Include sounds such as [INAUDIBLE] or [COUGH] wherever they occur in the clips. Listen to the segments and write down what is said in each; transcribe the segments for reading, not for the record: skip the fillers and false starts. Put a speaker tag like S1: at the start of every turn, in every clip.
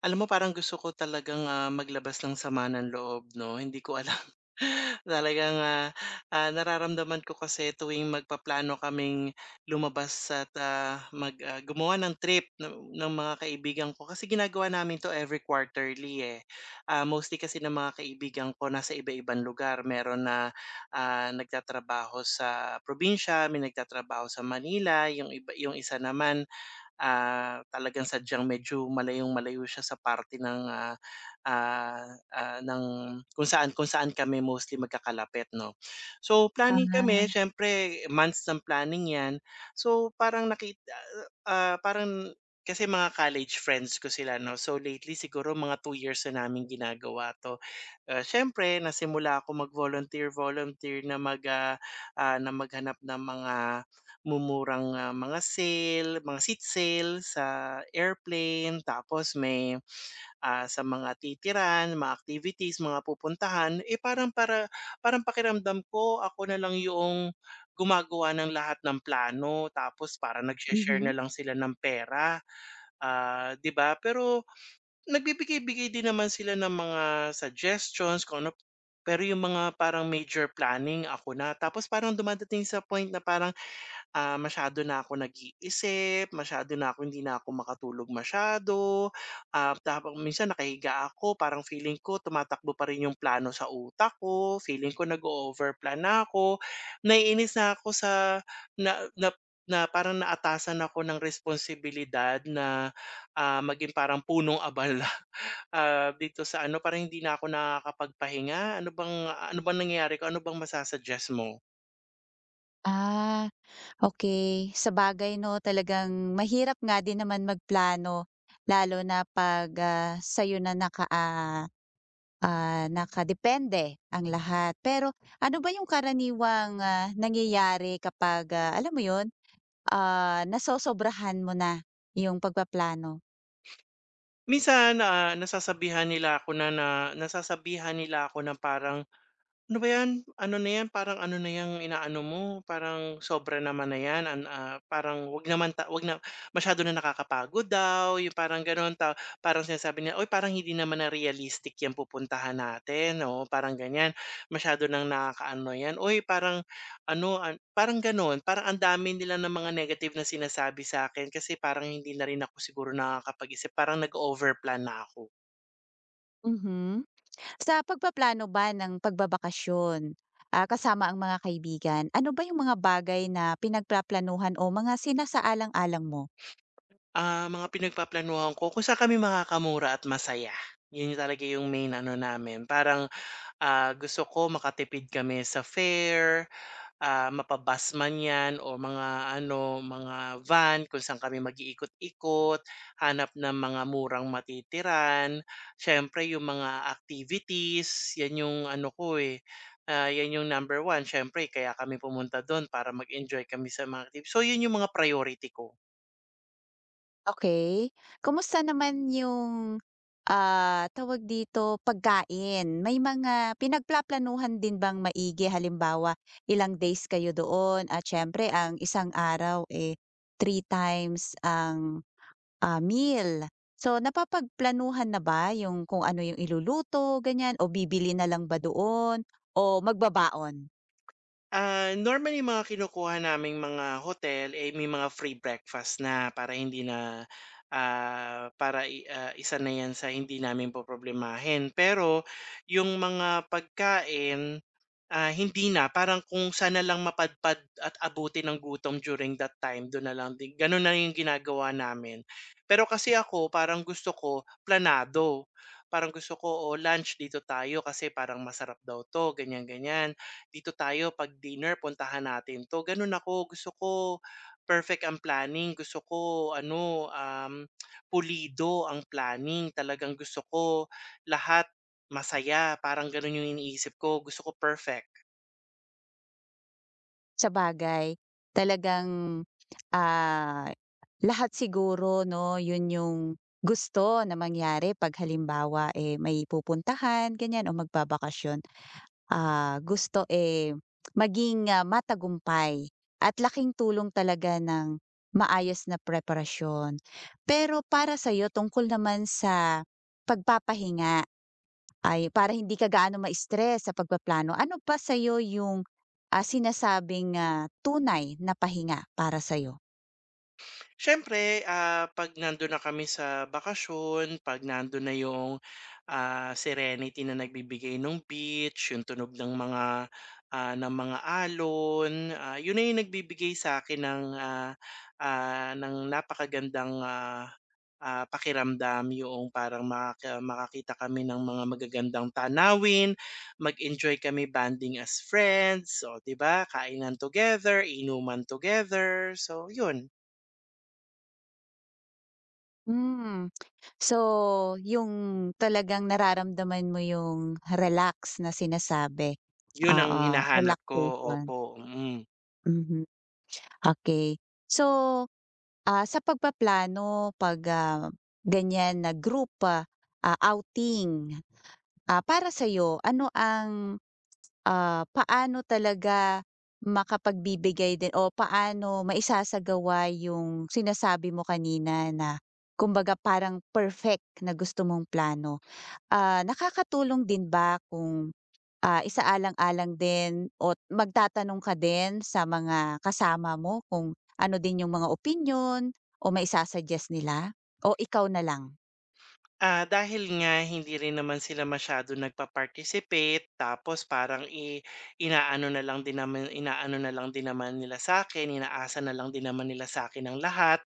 S1: Alam mo parang gusto ko talagang, maglabas ng sama ng loob 'no, hindi ko alam [LAUGHS] talagang, nararamdaman ko kasi tuwing magpaplano kaming lumabas at, mag, gumawa ng trip ng mga kaibigan ko kasi ginagawa namin 'to every quarterly, eh. Mostly kasi ng mga kaibigan ko nasa iba-ibang lugar, meron na, nagtatrabaho sa probinsya, may nagtatrabaho sa Manila, yung iba yung isa naman talagang sadyang medyo malayong-malayo siya sa parte ng, ah, ah, ng kung saan kami mostly magkakalapit 'no. So, planning kami
S2: Ah,
S1: siyempre months ng planning 'yan. So, parang nakita parang kasi mga college friends ko sila 'no, so lately siguro mga 2 years na naming ginagawa 'to. Siyempre, nasimula ako mag-volunteer-volunteer na mag, na maghanap ng mga mumurang, mga sale, mga seat sale sa airplane tapos may, sa mga titiran, mga activities, mga pupuntahan, eh, parang para parang pakiramdam ko ako na lang yung gumagawa ng lahat ng plano tapos para nagshe-share
S2: mhm.
S1: na lang sila ng pera, 'di ba? Pero nagbibigay-bigay din naman sila ng mga suggestions kung ano, pero yung mga parang major planning ako na, tapos parang dumadating sa point na parang masyado na ako nag-iisip, masyado na ako hindi na ako makatulog masyado, tapos minsan nakahiga ako parang feeling ko tumatakbo pa rin yung plano sa utak ko, feeling ko nag overplan na ako. Naiinis na ako sa na na na parang naatasan ako ng responsibilidad na, maging parang punong abala, [LAUGHS] dito sa ano parang hindi na ako nakakapagpahinga. Ano bang nangyayari ko, ano bang masa mo?
S2: Ah, Okey. Sabagay 'no, talagang mahirap nga din naman magplano lalo na 'pag, sa'yo na nakadepende ang lahat. Pero ano ba yung karaniwang, nangyayari kapag, alam mo yun, nasosobrahan mo na yung pagpaplano?
S1: Minsan, nasasabihan nila ako na na nasasabihan nila ako na parang ano ba 'yan? Ano na 'yan, parang ano na yung inaano mo, parang sobra naman na 'yan, parang 'wag naman 'wag na masyado na nakakapagod daw, yung parang gano'n. Ta parang sinasabi niya, "Uy, parang hindi naman na realistic 'yang pupuntahan natin." Oo, parang ganiyan. "Masyado ng nakakaano 'yan. Uy, parang ano, an" parang gano'n. Parang ang dami nila ng mga negative na sinasabi sa akin kasi parang hindi na rin ako siguro nakakapag-isip, parang nag overplan na ako.
S2: Mhm. Sa pagpaplano ba ng pagbabakasyon, kasama ang mga kaibigan, ano ba yung mga bagay na pinagpaplanuhan o mga sinasaalang-alang mo?
S1: Mga pinagpaplanuhan ko kung saan kami makakamura at masaya. Yun yung talaga yung main ano namin. Parang, gusto ko makatipid kami sa fare, mapa man 'yan o mga ano, mga van kung saan kami mag-iikot-ikot, hanap ng mga murang matitiran. Siyempre yung mga activities, 'yan yung ano ko, eh, 'yan yung number one. Siyempre kaya kami pumunta dun para mag-enjoy kami sa mga activities, so yun yung mga priority ko.
S2: Okay. Kumusta naman yung, tawag dito, pagkain? May mga pinagplaplanuhan din bang maigi? Halimbawa, ilang days kayo doon at siyempre ang isang araw, eh, three times ang meal. So, napapagplanuhan na ba yung kung ano yung iluluto, ganyan, o bibili na lang ba doon, o magbabaon?
S1: Normally mga kinukuha naming mga hotel, eh, may mga free breakfast na, para hindi na, para isa na 'yan sa hindi namin poproblemahin. Pero yung mga pagkain, hindi na. Parang kung sana lang mapadpad at abutin ng gutom during that time, do'n na lang din. Gano'n na yung ginagawa namin. Pero kasi ako parang gusto ko planado. Parang gusto ko, "O lunch dito tayo kasi parang masarap daw 'to," ganyan, ganyan. "Dito tayo 'pag dinner, puntahan natin 'to." Gano'n ako. Gusto ko perfect ang planning. Gusto ko ano, pulido ang planning. Talagang gusto ko lahat masaya, parang gano'n yung iniisip ko. Gusto ko perfect.
S2: Sa bagay talagang, ah, lahat siguro 'no, yun yung gusto na mangyari 'pag halimbawa, eh, may pupuntahan, ganyan, o magbabakasyon. Gusto, eh, maging, matagumpay at laking tulong talaga ng maayos na preparasyon. Pero para sa'yo tungkol naman sa pagpapahinga ay para hindi ka gaano ma-stress sa pagpaplano, ano ba sa'yo yung, sinasabing, tunay na pahinga para sa'yo?
S1: Siyempre, 'pag nandun na kami sa bakasyon, 'pag nandun na yung, serenity na nagbibigay ng beach, yung tunog ng mga, ng mga alon, yun na yung nagbibigay sa'kin ng, ng napakagandang, pakiramdam. Yung parang makakita kami ng mga magagandang tanawin, mag-enjoy kami banding as friends, oh, 'di ba? Kainan together, inuman together, so yun.
S2: Hmm, so yung talagang nararamdaman mo yung relax na sinasabi.
S1: Yun ang
S2: Oo,
S1: hinahanap ko,
S2: relaxation.
S1: opo, mm.
S2: Mhm. Okay. So, sa pagpaplano 'pag, ganyan na group, outing, para sa'yo ano ang, paano talaga makapagbibigay din o paano maisasagawa yung sinasabi mo kanina na kumbaga parang perfect na gusto mong plano? Nakakatulong din ba kung isaalang-alang din o magtatanong ka din sa mga kasama mo kung ano din yung mga opinyon o maisa-suggest nila o ikaw na lang?
S1: Dahil nga hindi rin naman sila masyado nagpa-participate, tapos parang i inaano na lang din naman inaano na lang din naman nila sa akin, inaasa na lang din naman nila sa akin ang lahat.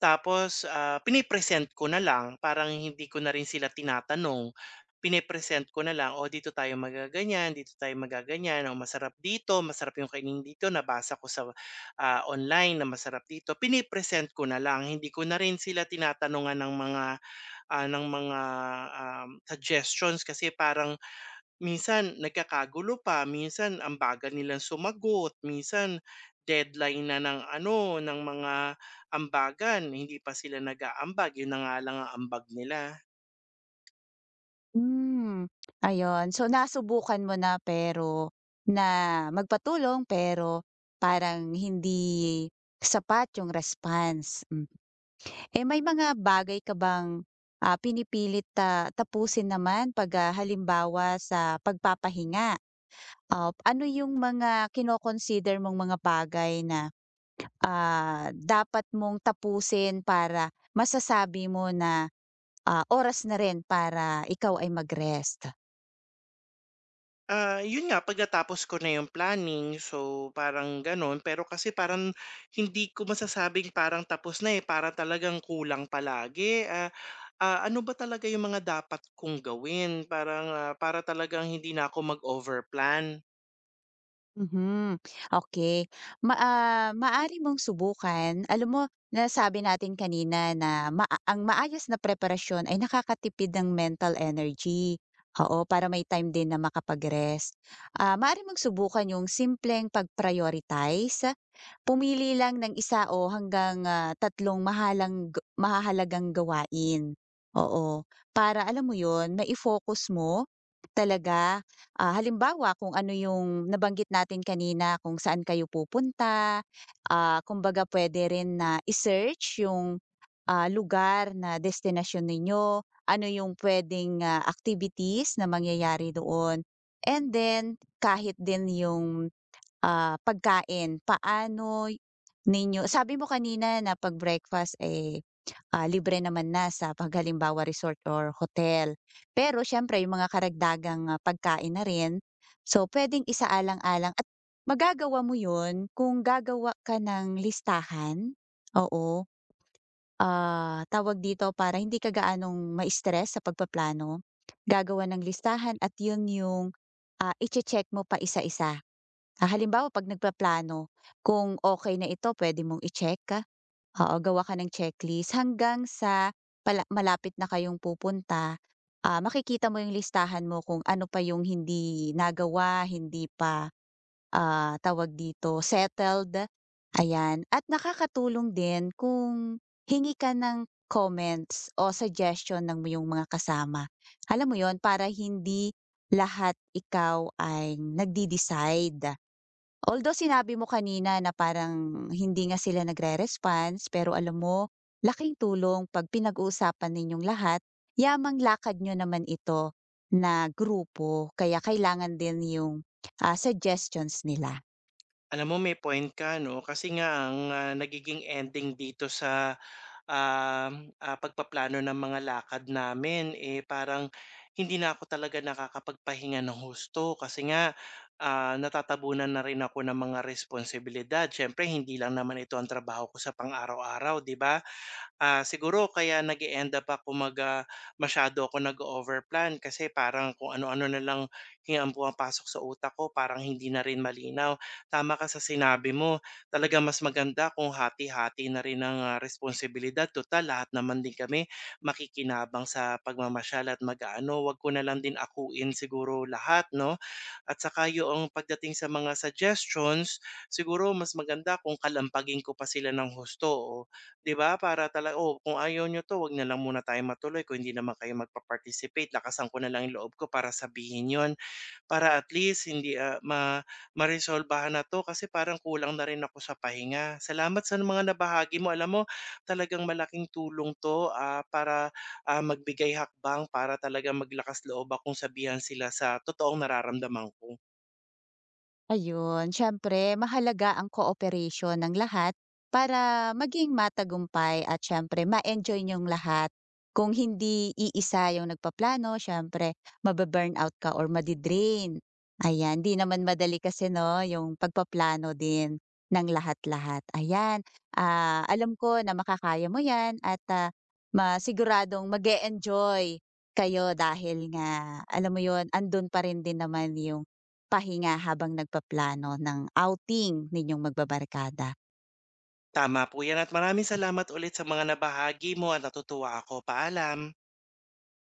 S1: Tapos, pini-present ko na lang, parang hindi ko na rin sila tinatanong, pini-present ko na lang, "O dito tayo magaganyan, oh, masarap dito, masarap yung kainin dito, nabasa ko sa, online na masarap dito." Pini-present ko na lang, hindi ko na rin sila tinatanungan ng mga, ah, ng mga, suggestions kasi parang minsan nagkakagulo pa, minsan ang bagal nilang sumagot, minsan deadline na ng ano, ng mga ambagan, hindi pa sila nag-aambag, yun na nga lang ang ambag nila.
S2: Hmm, ayun. So, nasubukan mo na pero na magpatulong pero parang hindi sapat yung response. Hmm. Eh, may mga bagay ka bang, pinipilit na tapusin naman 'pag, halimbawa sa pagpapahinga? Ano yung mga kino-consider mong mga bagay na, dapat mong tapusin para masasabi mo na, oras na rin para ikaw ay mag-rest?
S1: Yun nga, pagkatapos ko na yung planning, so parang gano'n. Pero kasi parang hindi ko masasabing parang tapos na, eh, parang talagang kulang palagi. Ano ba talaga yung mga dapat kong gawin? Parang, para talagang hindi na ako mag-overplan.
S2: Mhm. Okay. Maaari mong subukan, alam mo nasabi natin kanina na ang maayos na preparasyon ay nakakatipid ng mental energy, oo, para may time din na makapag-rest. Maari mong subukan yung simpleng pag-prioritize. Pumili lang ng isa o hanggang, 3 mahalang ga mahahalagang gawain, oo. Para alam mo 'yun, mai-focus mo talaga, halimbawa kung ano yung nabanggit natin kanina kung saan kayo pupunta, kumbaga puwede rin na i-search yung, lugar na destination ninyo, ano yung puwedeng, activities na mangyayari doon. And then kahit din yung pagkain, ninyo sabi mo kanina na 'pag breakfast, eh, libre naman na sa 'pag resort or hotel. Pero siyempre yung mga karagdagang, pagkain na rin. So, puwedeng isaalang-alang at magagawa mo yun kung gagawa ka ng listahan, oo, tawag dito, para hindi ka gaanong ma-stress sa pagpaplano. Gagawa ng listahan at yun yung, iche-check mo pa isa-isa. Halimbawa 'pag nagpaplano, kung okay na ito pwede mong i-check, ah. Oo, gawa ka ng checklist hanggang sa pala malapit na kayong pupunta, makikita mo yung listahan mo kung ano pa yung hindi nagawa, hindi pa, tawag dito, settled, ayan. At nakakatulong din kung hingi ka ng comments o suggestion ng iyong mga kasama. Alam mo yon, para hindi lahat ikaw ay nagde-decide. Although sinabi mo kanina na parang hindi nga sila nagre-response, pero alam mo, laking tulong 'pag pinag-uusapan ninyong lahat, yamang lakad nyo naman ito na grupo kaya kailangan din yung, suggestions nila.
S1: Alam mo may point ka 'no, kasi nga ang, nagiging ending dito sa, pagpaplano ng mga lakad namin, eh, parang hindi na ako talaga nakakapagpahinga ng husto kasi nga, natatabunan na rin ako ng mga responsibilidad. Siyempre hindi lang naman ito ang trabaho ko sa pang-araw-araw, 'di ba? Siguro kaya nag-e-end up ako mag, masyado ako nag overplan kasi parang kung ano-ano na lang ang pumapasok sa utak ko, parang hindi na rin malinaw. Tama ka sa sinabi mo, talaga mas maganda kung hati-hati na rin ang, responsibilidad. Tutal lahat naman din kami makikinabang sa pagmamasyal at mag-aano, 'wag ko na lang din akuin siguro lahat 'no? At saka yoong pagdating sa mga suggestions, siguro mas maganda kung kalampagin ko pa sila ng husto o 'di ba para tala, "Oh, kung ayaw niyo 'to 'wag na lang muna tayong matuloy, kung hindi naman kayo magpa-participate lakasan ko na lang yung loob ko para sabihin 'yon." Para at least hindi, ah, ma maresolbahan na 'to kasi parang kulang na rin ako sa pahinga. Salamat sa mga nabahagi mo. Alam mo talagang malaking tulong 'to, magbigay hakbang para talaga maglakas-loob akong sabihan sila sa totoong nararamdaman ko.
S2: Ayun, siyempre mahalaga ang cooperation ng lahat para maging matagumpay at siyempre ma-enjoy niyong lahat. Kung hindi iisa yung nagpaplano, siyempre mababurnout ka or madidrain. Ayan, di naman madali kasi no, yung pagpaplano din ng lahat-lahat. Ayan, alam ko na makakaya mo yan at masiguradong mag enjoy kayo dahil nga, alam mo yon, andun pa rin din naman yung pahinga habang nagpaplano ng outing ninyong magbabarkada?
S1: Tama po yan at maraming salamat ulit sa mga nabahagi mo at natutuwa ako. Paalam.